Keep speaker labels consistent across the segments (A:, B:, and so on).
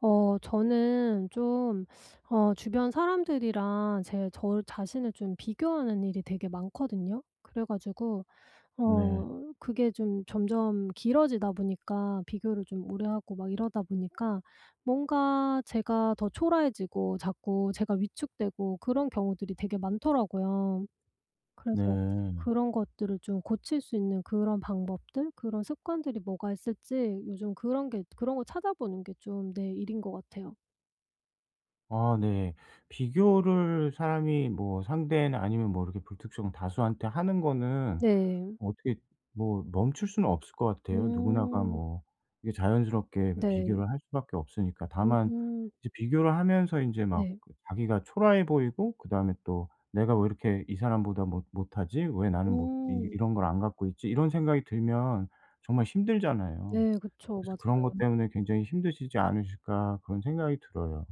A: 저는 좀 주변 사람들이랑 제 자신을 좀 비교하는 일이 되게 많거든요. 그래 가지고
B: 네.
A: 그게 좀 점점 길어지다 보니까 비교를 좀 오래 하고 막 이러다 보니까 뭔가 제가 더 초라해지고 자꾸 제가 위축되고 그런 경우들이 되게 많더라고요. 그래서
B: 네.
A: 그런 것들을 좀 고칠 수 있는 그런 방법들, 그런 습관들이 뭐가 있을지 요즘 그런 거 찾아보는 게 좀 내 일인 것 같아요.
B: 아 네. 비교를 사람이 뭐 상대나 아니면 뭐 이렇게 불특정 다수한테 하는 거는
A: 네.
B: 어떻게 뭐 멈출 수는 없을 것 같아요. 누구나가
A: 음.
B: 뭐 이게 자연스럽게
A: 네.
B: 비교를 할 수밖에 없으니까. 다만
A: 음.
B: 이제 비교를 하면서 이제 막
A: 네.
B: 그 자기가 초라해 보이고 그다음에 또 '내가 왜 이렇게 이 사람보다 못 못하지? 왜 나는 못 이
A: 음.
B: 이런 걸 안 갖고 있지?' 이런 생각이 들면 정말 힘들잖아요.
A: 네. 그쵸.
B: 그래서 '그런 것
A: 맞아요.
B: 때문에 굉장히 힘드시지 않으실까.' 그런 생각이 들어요.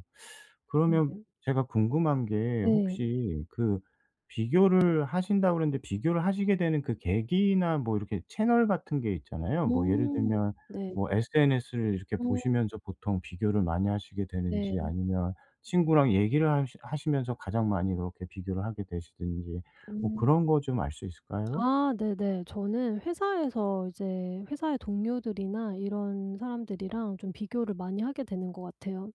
B: 그러면
A: 네.
B: 제가 궁금한 게
A: 네.
B: 혹시 그 비교를 하신다고 그랬는데 비교를 하시게 되는 그 계기나 뭐 이렇게 채널 같은 게 있잖아요. 뭐 예를
A: 음.
B: 들면
A: 네.
B: 뭐 SNS를 이렇게
A: 음
B: 보시면서 보통 비교를 많이 하시게
A: 네.
B: 되는지 아니면 친구랑 얘기를 하시면서 가장 많이 그렇게 비교를 하게 되시든지 뭐
A: 음.
B: 그런 거 좀 알 수 있을까요?
A: 아, 네네. 저는 회사에서 이제 회사의 동료들이나 이런 사람들이랑 좀 비교를 많이 하게 되는 것 같아요.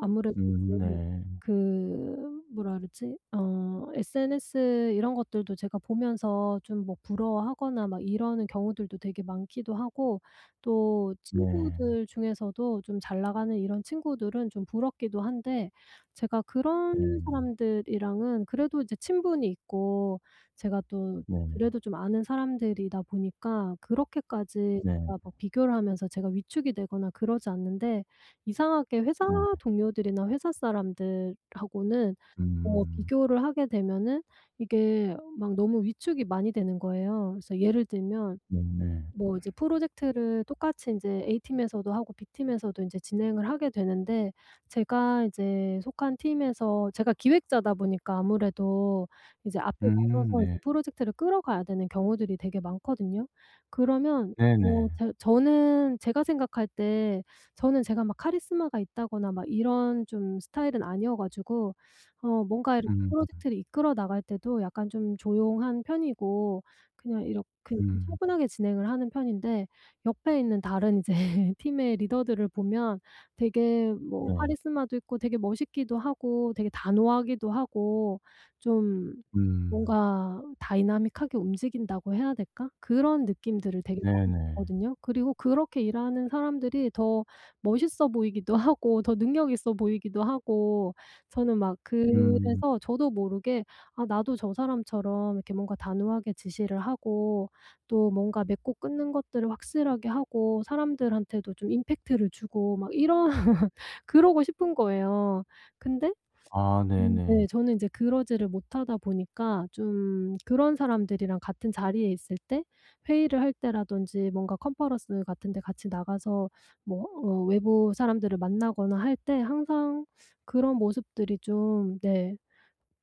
A: 아무래도 이제
B: 네.
A: 그 뭐라 그러지? SNS 이런 것들도 제가 보면서 좀 뭐 부러워하거나 막 이러는 경우들도 되게 많기도 하고, 또
B: 네.
A: 친구들 중에서도 좀 잘 나가는 이런 친구들은 좀 부럽기도 한데 제가 그런
B: 네.
A: 사람들이랑은 그래도 이제 친분이 있고 제가 또
B: 네.
A: 그래도 좀 아는 사람들이다 보니까 그렇게까지
B: 네.
A: 제가 막 비교를 하면서 제가 위축이 되거나 그러지 않는데, 이상하게 회사
B: 네.
A: 동료들이나 회사 사람들하고는
B: 음.
A: 비교를 하게 되면은 이게 막 너무 위축이 많이 되는 거예요. 그래서 예를 들면
B: 네네.
A: 뭐 이제 프로젝트를 똑같이 인제 A팀에서도 하고 B팀에서도 인제 진행을 하게 되는데, 제가 이제 속한 팀에서 제가 기획자다 보니까 아무래도 이제 앞에 나서서
B: 네.
A: 이제 프로젝트를 끌어가야 되는 경우들이 되게 많거든요. 그러면 뭐
B: 네네.
A: 저는 제가 생각할 때 저는 제가 막 카리스마가 있다거나 막 이런 좀 스타일은 아니어 가지고 뭔가 이렇게
B: 음.
A: 프로젝트를 이끌어 나갈 때도 약간 좀 조용한 편이고 그냥 이렇게 좀
B: 음.
A: 차분하게 진행을 하는 편인데, 옆에 있는 다른 이제 팀의 리더들을 보면 되게 뭐
B: 네.
A: 카리스마도 있고 되게 멋있기도 하고 되게 단호하기도 하고 좀
B: 음.
A: 뭔가 다이나믹하게 움직인다고 해야 될까? 그런 느낌들을 되게 많이
B: 네네.
A: 받거든요. 그리고 그렇게 일하는 사람들이 더 멋있어 보이기도 하고 더 능력 있어 보이기도 하고, 저는 막
B: 음.
A: 그래서 저도 모르게 '아 나도 저 사람처럼 이렇게 뭔가 단호하게 지시를 하고 또 뭔가 맺고 끊는 것들을 확실하게 하고 사람들한테도 좀 임팩트를 주고' 막 이런 그러고 싶은 거예요. 근데
B: 아 네네.
A: 네. 저는 인제 그러지를 못하다 보니까 좀 그런 사람들이랑 같은 자리에 있을 때, 회의를 할 때라든지 뭔가 컨퍼런스 같은 데 같이 나가서 뭐 외부 사람들을 만나거나 할 때 항상 그런 모습들이 좀, 네,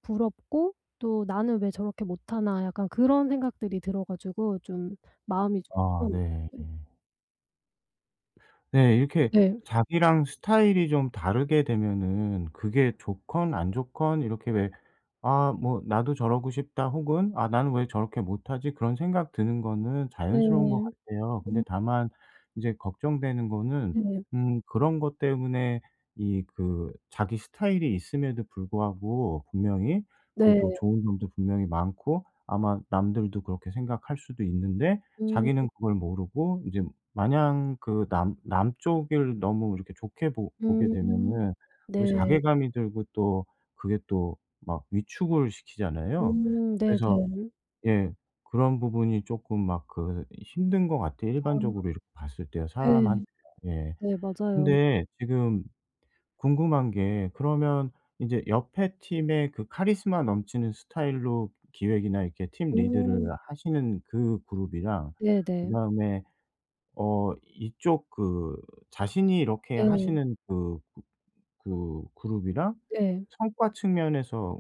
A: 부럽고, 또 '나는 왜 저렇게 못하나.' 약간 그런 생각들이 들어 가지고 좀 마음이 좀
B: 아
A: 불편해요.
B: 네. 네. 이렇게
A: 네.
B: 자기랑 스타일이 좀 다르게 되면은 그게 좋건 안 좋건 이렇게 왜 '아 뭐 나도 저러고 싶다.' 혹은 '아 나는 왜 저렇게 못하지?' 그런 생각 드는 거는
A: 네.
B: 자연스러운 것 같아요. 근데
A: 음
B: 다만 이제 걱정되는 거는
A: 네.
B: 그런 것 때문에 이 그 자기 스타일이 있음에도 불구하고 분명히 그
A: 네.
B: 또 좋은 점도 분명히 많고 아마 남들도 그렇게 생각할 수도 있는데
A: 음
B: 자기는 그걸 모르고 이제 마냥 그 남 남쪽을 너무 이렇게 좋게 보 보게
A: 음.
B: 되면은 오히려
A: 네.
B: 자괴감이 들고 또 그게 또 막 위축을 시키잖아요. 그래서
A: 네네.
B: 예 그런 부분이 쪼끔 막 그 힘든 것 같아요,
A: 아.
B: 일반적으로 이렇게 봤을 때요, 사람한
A: 네.
B: 테 예.
A: 네 맞아요.
B: 근데 지금 궁금한 게 그러면 인제 옆에 팀의 그 카리스마 넘치는 스타일로 기획이나 이렇게 팀 리드를
A: 어.
B: 하시는 그 그룹이랑
A: 네네.
B: 그다음에 어 이쪽 그 자신이 이렇게
A: 네.
B: 하시는 그 그룹이랑
A: 네.
B: 성과 측면에서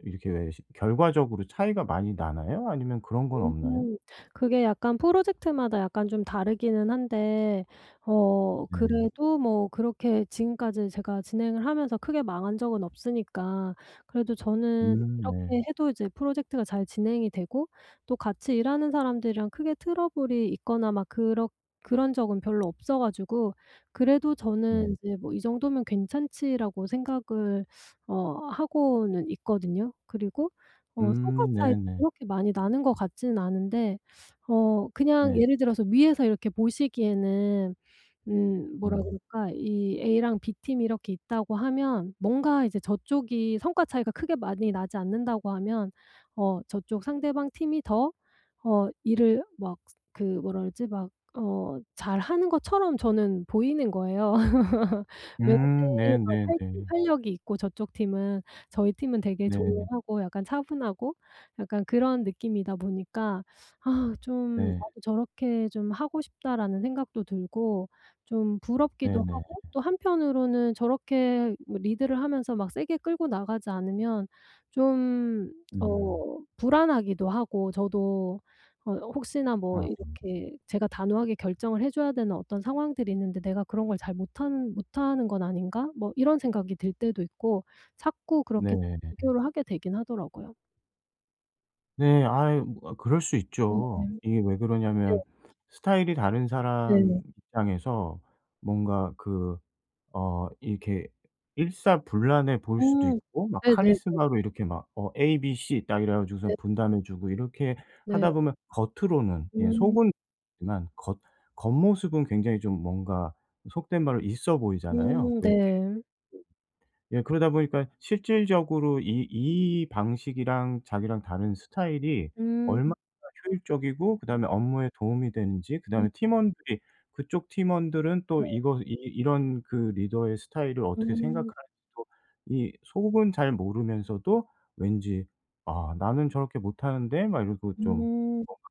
B: 이렇게 왜 시 결과적으로 차이가 많이 나나요? 아니면 그런 건 없나요?
A: 음. 그게 약간 프로젝트마다 약간 좀 다르기는 한데
B: 네.
A: 그래도 뭐 그렇게 지금까지 제가 진행을 하면서 크게 망한 적은 없으니까 그래도 저는
B: 네.
A: 이렇게 해도 이제 프로젝트가 잘 진행이 되고, 또 같이 일하는 사람들이랑 크게 트러블이 있거나 막 그렇 그런 적은 별로 없어 가지고 그래도 저는
B: 네.
A: 이제 뭐 '이 정도면 괜찮지.'라고 생각을 하고는 있거든요. 그리고 성과 차이
B: 네네.
A: 그렇게 많이 나는 것 같지는 않은데, 그냥
B: 네.
A: 예를 들어서 위에서 이렇게 보시기에는
B: 네.
A: 뭐라
B: 네.
A: 그럴까, 이 A랑 B팀이 이렇게 있다고 하면 뭔가 이제 저쪽이 성과 차이가 크게 많이 나지 않는다고 하면 저쪽 상대방 팀이 더 어 일을 막 그 뭐라 그러지 막 어 잘하는 것처럼 저는 보이는 거예요. 왠지 막화
B: 네네네.
A: 활력이 있고 저쪽 팀은, 저희 팀은 되게
B: 네.
A: 조용하고 약간 차분하고 약간 그런 느낌이다 보니까 '아 좀
B: 네.
A: 나도 저렇게 좀 하고 싶다.'라는 생각도 들고, 좀 부럽기도
B: 네네.
A: 하고, 또 한편으로는 저렇게 뭐 리드를 하면서 막 세게 끌고 나가지 않으면 좀
B: 음.
A: 불안하기도 하고, 저도 혹시나 뭐
B: 아
A: 이렇게 제가 단호하게 결정을 해 줘야 되는 어떤 상황들이 있는데 '내가 그런 걸 잘 못하는 건 아닌가?' 뭐 이런 생각이 들 때도 있고 자꾸 그렇게
B: 네.
A: 비교를 하게 되긴 하더라고요.
B: 네. 아 그럴 수
A: 네.
B: 있죠. 이게 왜
A: 네.
B: 그러냐면 스타일이 다른 사람
A: 네.
B: 입장에서 뭔가 그 어 이렇게 일사불란해 보일 수도
A: 음.
B: 있고 막
A: 네네. 네.
B: 카리스마로 이렇게 막 어 A, B, C 딱 이래 가지고선
A: 네.
B: 분담해 주고 이렇게
A: 네.
B: 하다 보면 겉으로는 예
A: 음.
B: 속은 지만 겉 겉모습은 굉장히 좀 뭔가 속된 말로 있어 보이잖아요. 왜 이렇게
A: 네.
B: 예 그러다 보니까 실질적으로 이 방식이랑 자기랑 다른 스타일이
A: 음.
B: 얼마나 효율적이고 그다음에 업무에 도움이 되는지
A: 음
B: 그다음에 팀원들이 그쪽 팀원들은 또
A: 네.
B: 이거 이 이런 그 리더의 스타일을 어떻게
A: 음.
B: 생각하는지도 이 속은 잘 모르면서도 왠지 '아 나는 저렇게 못하는데.' 막 이러고 좀
A: 음
B: 뭔가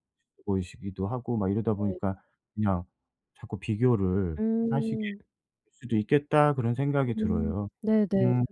B: 보이시기도 하고 막 이러다
A: 네.
B: 보니까 그냥 자꾸 비교를 하시게
A: 음.
B: 될 수도 있겠다 그런 생각이
A: 음.
B: 들어요.
A: 네네.
B: 음.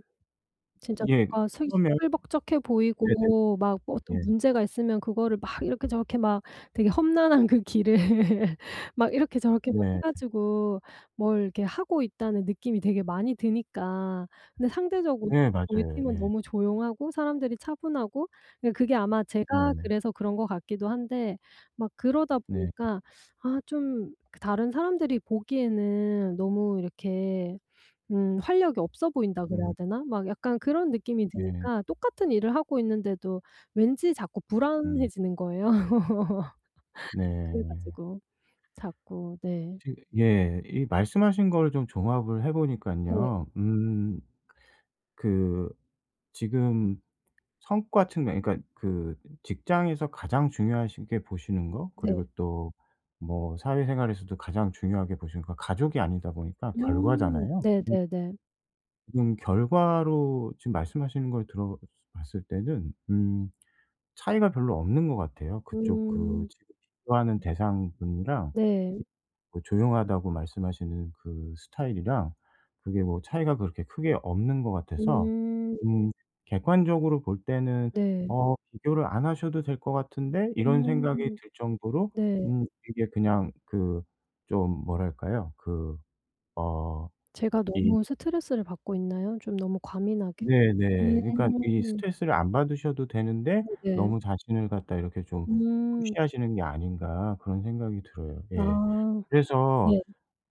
A: 진짜
B: 예.
A: 뭔가 시
B: 그러면
A: 시끌벅적해
B: 네네.
A: 보이고 막 뭐 어떤
B: 예.
A: 문제가 있으면 그거를 막 이렇게 저렇게 막 되게 험난한 그 길을 막 이렇게 저렇게 막 해
B: 네.
A: 가지고 뭘 이렇게 하고 있다는 느낌이 되게 많이 드니까. 근데 상대적으로
B: 예
A: 저희
B: 맞아요.
A: 팀은
B: 예.
A: 너무 조용하고 사람들이 차분하고, 그러니까 그게 아마 제가
B: 네네.
A: 그래서 그런 것 같기도 한데, 막 그러다
B: 네.
A: 보니까 아 좀 그 다른 사람들이 보기에는 너무 이렇게 '활력이 없어 보인다 그래야
B: 음.
A: 되나?' 막 약간 그런 느낌이
B: 네.
A: 드니까 똑같은 일을 하고 있는데도 왠지 자꾸
B: 음.
A: 불안해지는 거예요. 그래
B: 네.
A: 가지고 자꾸, 네.
B: 지 예. 이 말씀하신 거를 좀 종합을 해
A: 네.
B: 보니깐요. 그 지금 성과 측면 그러니까 그 직장에서 가장 중요하시게 보시는 거
A: 네.
B: 그리고 또 뭐 사회생활에서도 가장 중요하게 보시는 거 가족이 아니다 보니까
A: 음.
B: 결과잖아요.
A: 네네네.
B: 지금 결과로 지금 말씀하시는 걸 들어 봤을 때는 차이가 별로 없는 것 같아요. 그쪽 그
A: 음.
B: 지금 비교하는 대상분이랑
A: 네.
B: 이 뭐 조용하다고 말씀하시는 그 스타일이랑 그게 뭐 차이가 그렇게 크게 없는 것 같아서
A: 음.
B: 음 객관적으로 볼 때는
A: 네.
B: '어 비교를 안 하셔도 될 것 같은데?' 이런 생각이
A: 음.
B: 들 정도로
A: 네.
B: 이게 그냥 그 좀 뭐랄까요? 그어
A: 제가
B: 이
A: 너무 스트레스를 받고 있나요? 좀 너무 과민하게?
B: 네네. 그러니까 이
A: 음.
B: 스트레스를 안 받으셔도 되는데
A: 네네.
B: 너무 자신을 갖다 이렇게 좀
A: 음.
B: 푸시하시는 게 아닌가 그런 생각이 들어요. 예.
A: 아.
B: 그래서
A: 네.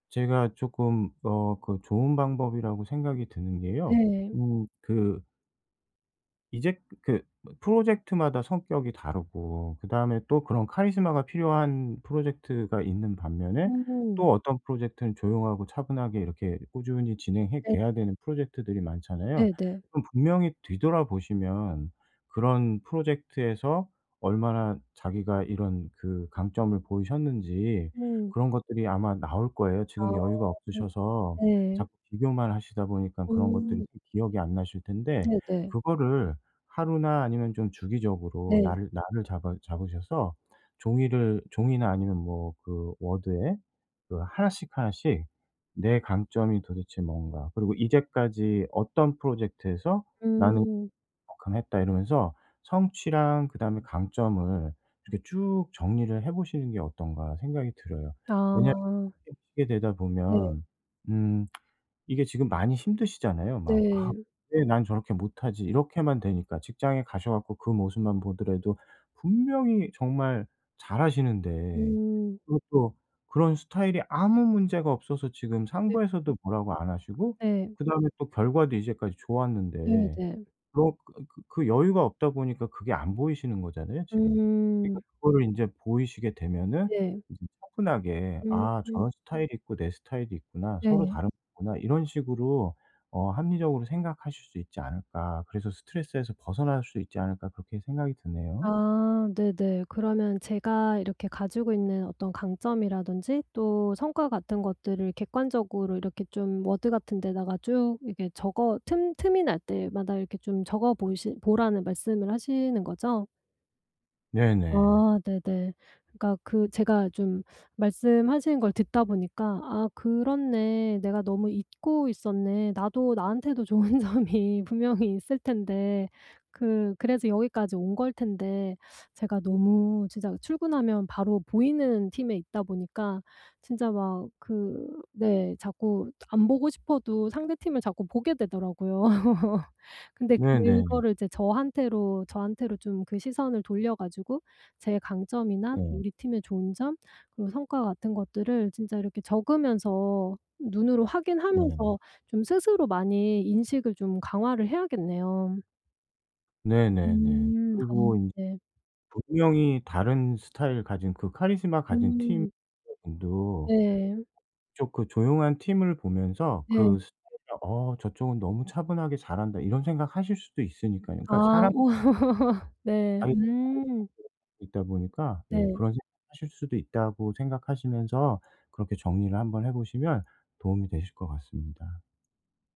B: 제가 조금 어 그 좋은 방법이라고 생각이 드는 게요.
A: 네.
B: 그 이제 그 프로젝트마다 성격이 다르고 그다음에 또 그런 카리스마가 필요한 프로젝트가 있는 반면에
A: 음.
B: 또 어떤 프로젝트는 조용하고 차분하게 이렇게 꾸준히 진행해
A: 네.
B: 돼야 되는 프로젝트들이 많잖아요.
A: 네네.
B: 그럼 분명히 뒤돌아보시면 그런 프로젝트에서 얼마나 자기가 이런 그 강점을 보이셨는지
A: 음.
B: 그런 것들이 아마 나올 거예요. 지금 여유가
A: 아
B: 없으셔서
A: 네.
B: 자꾸 비교만 하시다 보니까 그런 것들이
A: 음
B: 기억이 안 나실 텐데
A: 네네.
B: 그거를 하루나 아니면 좀 주기적으로
A: 네.
B: 날을 잡아 잡으셔서 종이를 종이나 아니면 뭐 그 워드에 그 하나씩 하나씩 내 강점이 도대체 뭔가 그리고 이제까지 어떤 프로젝트에서 나는
A: 음.
B: 이만큼 했다 이러면서 성취랑 그다음에 강점을 이렇게 쭉 정리를 해 보시는 게 어떤가 생각이 들어요. 왜냐하면
A: 아.
B: 이렇게 하시게 되다
A: 네.
B: 보면 음 이게 지금 많이 힘드시잖아요. 막 '아
A: 네.
B: 왜 난 저렇게 못하지?' 이렇게만 되니까. 직장에 가셔 갖고 그 모습만 보더라도 분명히 정말 잘하시는데
A: 음.
B: 그것도 그런 스타일이 아무 문제가 없어서 지금
A: 네.
B: 상부에서도 뭐라고 안 하시고
A: 네.
B: 그다음에 또 결과도 이제까지 좋았는데
A: 네네.
B: 그러 그그 그 여유가 없다 보니까 그게 안 보이시는 거잖아요 지금. 그러니까
A: 음.
B: 그거를 인제 보이시게 되면은
A: 네.
B: 이제 차분하게
A: 음
B: '아 저런 스타일이 있고 내 스타일이 있구나. 서로
A: 네.
B: 다른 거구나.' 이런 식으로 어 합리적으로 생각하실 수 있지 않을까. 그래서 '스트레스에서 벗어날 수 있지 않을까.' 그렇게 생각이 드네요.
A: 아 네네. 그러면 제가 이렇게 가지고 있는 어떤 강점이라든지 또 성과 같은 것들을 객관적으로 이렇게 좀 워드 같은 데다가 쭉 이렇게 적어, 틈 틈이 날 때마다 이렇게 좀 적어 보시 보라는 말씀을 하시는 거죠?
B: 네네.
A: 아 네네. 그러니까 그 제가 좀 말씀하시는 걸 듣다 보니까 '아 그렇네. 내가 너무 잊고 있었네. 나도 나한테도 좋은 점이 분명히 있을 텐데 그래서 여기까지 온 걸 텐데 제가 너무 진짜 출근하면 바로 보이는 팀에 있다 보니까 진짜 막 그, 네, 자꾸 안 보고 싶어도 상대 팀을 자꾸 보게 되더라고요. 근데
B: 네네.
A: 그거를 이제 저한테로 좀 그 시선을 돌려 가지고 제 강점이나
B: 네.
A: 우리 팀의 좋은 점 그리고 성과 같은 것들을 진짜 이렇게 적으면서 눈으로
B: 네.
A: 확인하면서 좀 스스로 많이 인식을 좀 강화를 해야겠네요.
B: 네네네.
A: 음. 아.
B: 그리고 인
A: 네.
B: 분명히 다른 스타일 가진 그 카리스마 가진 팀
A: 음.
B: 분도
A: 네.
B: 그쪽 그 조용한 팀을 보면서
A: 네.
B: 그 스타일을 '어 저쪽은 너무 차분하게 잘한다.' 이런 생각하실 수도 있으니까요.
A: 아.
B: 그러니까 사람
A: 어. 네.
B: 자기가 다른
A: 음.
B: 있다 보니까 예
A: 네.
B: 그런 생각하실 수도 있다고 생각하시면서 그렇게 정리를 한번 해 보시면 도움이 되실 것 같습니다.